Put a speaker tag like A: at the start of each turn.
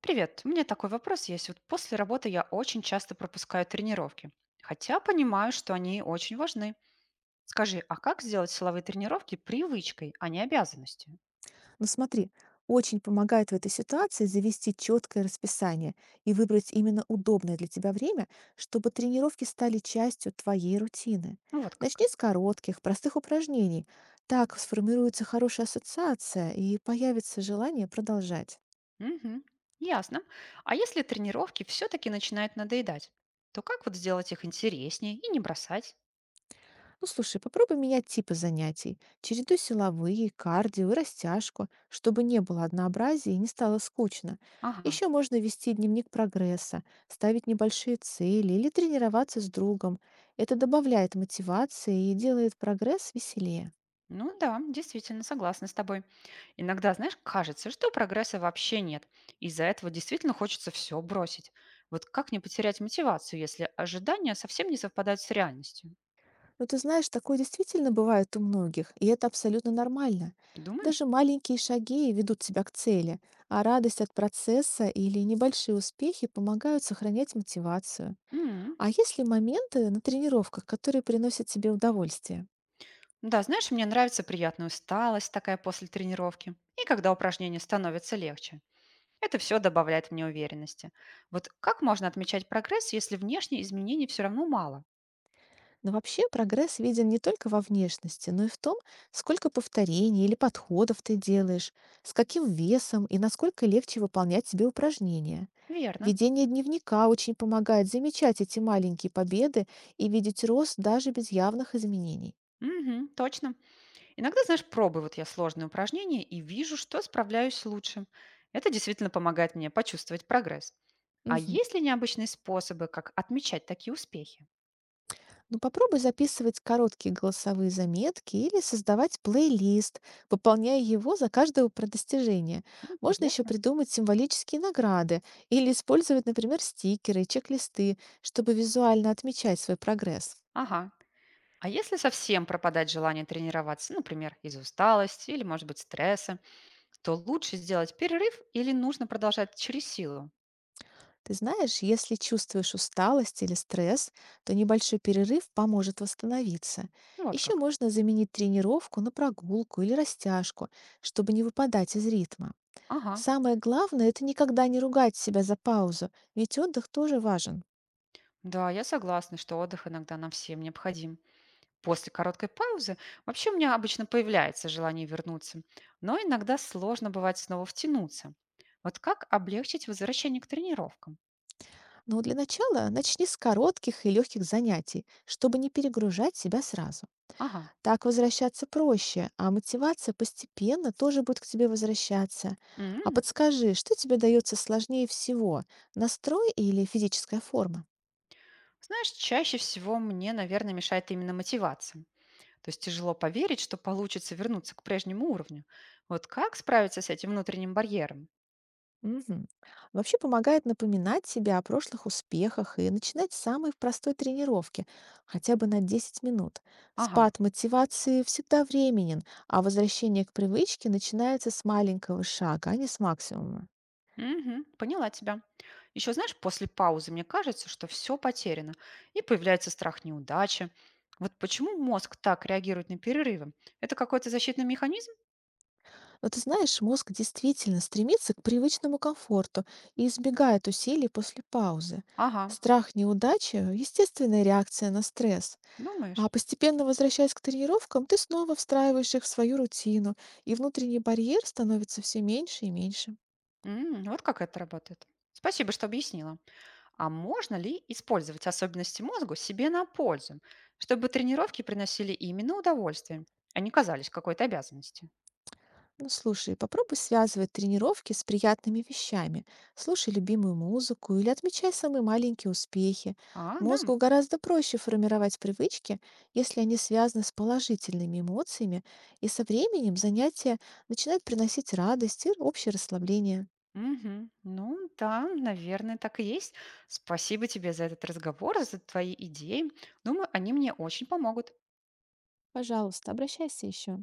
A: Привет, у меня такой вопрос есть. Вот после работы я очень часто пропускаю тренировки, хотя понимаю, что они очень важны. Скажи, а как сделать силовые тренировки привычкой, а не обязанностью?
B: Но смотри, очень помогает в этой ситуации завести четкое расписание и выбрать именно удобное для тебя время, чтобы тренировки стали частью твоей рутины.
A: Ну вот как.
B: Начни с коротких, простых упражнений. Так сформируется хорошая ассоциация и появится желание продолжать.
A: Угу, ясно. А если тренировки все-таки начинают надоедать, то как вот сделать их интереснее и не бросать?
B: Ну, слушай, попробуй менять типы занятий. Чередуй силовые, кардио и растяжку, чтобы не было однообразия и не стало скучно.
A: Ага.
B: Еще можно вести дневник прогресса, ставить небольшие цели или тренироваться с другом. Это добавляет мотивации и делает прогресс веселее.
A: Ну да, действительно, согласна с тобой. Иногда, знаешь, кажется, что прогресса вообще нет. Из-за этого действительно хочется все бросить. Вот как не потерять мотивацию, если ожидания совсем не совпадают с реальностью?
B: Но ты знаешь, такое действительно бывает у многих, и это абсолютно нормально.
A: Думаешь?
B: Даже маленькие шаги ведут тебя к цели, а радость от процесса или небольшие успехи помогают сохранять мотивацию.
A: М.
B: А есть ли моменты на тренировках, которые приносят тебе удовольствие?
A: Да, знаешь, мне нравится приятная усталость такая после тренировки. И когда упражнения становятся легче. Это все добавляет мне уверенности. Вот как можно отмечать прогресс, если внешние изменений все равно мало?
B: Но вообще прогресс виден не только во внешности, но и в том, сколько повторений или подходов ты делаешь, с каким весом и насколько легче выполнять себе упражнения.
A: Верно.
B: Ведение дневника очень помогает замечать эти маленькие победы и видеть рост даже без явных изменений.
A: Угу, точно. Иногда, знаешь, пробую вот я сложные упражнения и вижу, что справляюсь лучше. Это действительно помогает мне почувствовать прогресс. А
B: Мгм.
A: есть ли необычные способы, как отмечать такие успехи?
B: Ну, попробуй записывать короткие голосовые заметки или создавать плейлист, пополняя его за каждого про достижение.
A: М,
B: Можно еще
A: интересно.
B: придумать символические награды или использовать, например, стикеры, чек-листы, чтобы визуально отмечать свой прогресс.
A: Ага. А если совсем пропадать желание тренироваться, например, из-за усталости или, может быть, стресса, то лучше сделать перерыв или нужно продолжать через силу?
B: Ты знаешь, если чувствуешь усталость или стресс, то небольшой перерыв поможет восстановиться.
A: Ну, вот
B: Еще
A: как.
B: можно заменить тренировку на прогулку или растяжку, чтобы не выпадать из ритма.
A: Ага.
B: Самое главное – это никогда не ругать себя за паузу, ведь отдых тоже важен.
A: Да, я согласна, что отдых иногда нам всем необходим. После короткой паузы вообще у меня обычно появляется желание вернуться, но иногда сложно бывает снова втянуться. Вот как облегчить возвращение к тренировкам?
B: Но для начала начни с коротких и легких занятий, чтобы не перегружать себя сразу.
A: Ага.
B: Так возвращаться проще, а мотивация постепенно тоже будет к тебе возвращаться. А
A: М.
B: подскажи, что тебе дается сложнее всего – настрой или физическая форма?
A: Знаешь, чаще всего мне, наверное, мешает именно мотивация. То есть тяжело поверить, что получится вернуться к прежнему уровню. Вот как справиться с этим внутренним барьером?
B: Мгм. Вообще помогает напоминать себе о прошлых успехах и начинать с самой простой тренировки, хотя бы на 10 минут.
A: Ага.
B: Спад мотивации всегда временен, а возвращение к привычке начинается с маленького шага, а не с максимума.
A: Мгм. Поняла тебя. Еще знаешь, после паузы мне кажется, что все потеряно, и появляется страх неудачи. Вот почему мозг так реагирует на перерывы? Это какой-то защитный механизм?
B: Но ты знаешь, мозг действительно стремится к привычному комфорту и избегает усилий после паузы.
A: Ага,
B: Страх неудачи – естественная реакция на стресс.
A: думаешь?
B: А постепенно возвращаясь к тренировкам, ты снова встраиваешь их в свою рутину, и внутренний барьер становится все меньше и меньше.
A: М, вот как это работает. Спасибо, что объяснила. А можно ли использовать особенности мозга себе на пользу, чтобы тренировки приносили именно удовольствие, а не казались какой-то обязанностью?
B: Ну, слушай, попробуй связывать тренировки с приятными вещами. Слушай любимую музыку или отмечай самые маленькие успехи.
A: А, да.
B: Мозгу гораздо проще формировать привычки, если они связаны с положительными эмоциями, и со временем занятия начинают приносить радость и общее расслабление.
A: Мгм. Ну да, наверное, так и есть. Спасибо тебе за этот разговор, за твои идеи. Думаю, они мне очень помогут.
B: Пожалуйста, обращайся еще.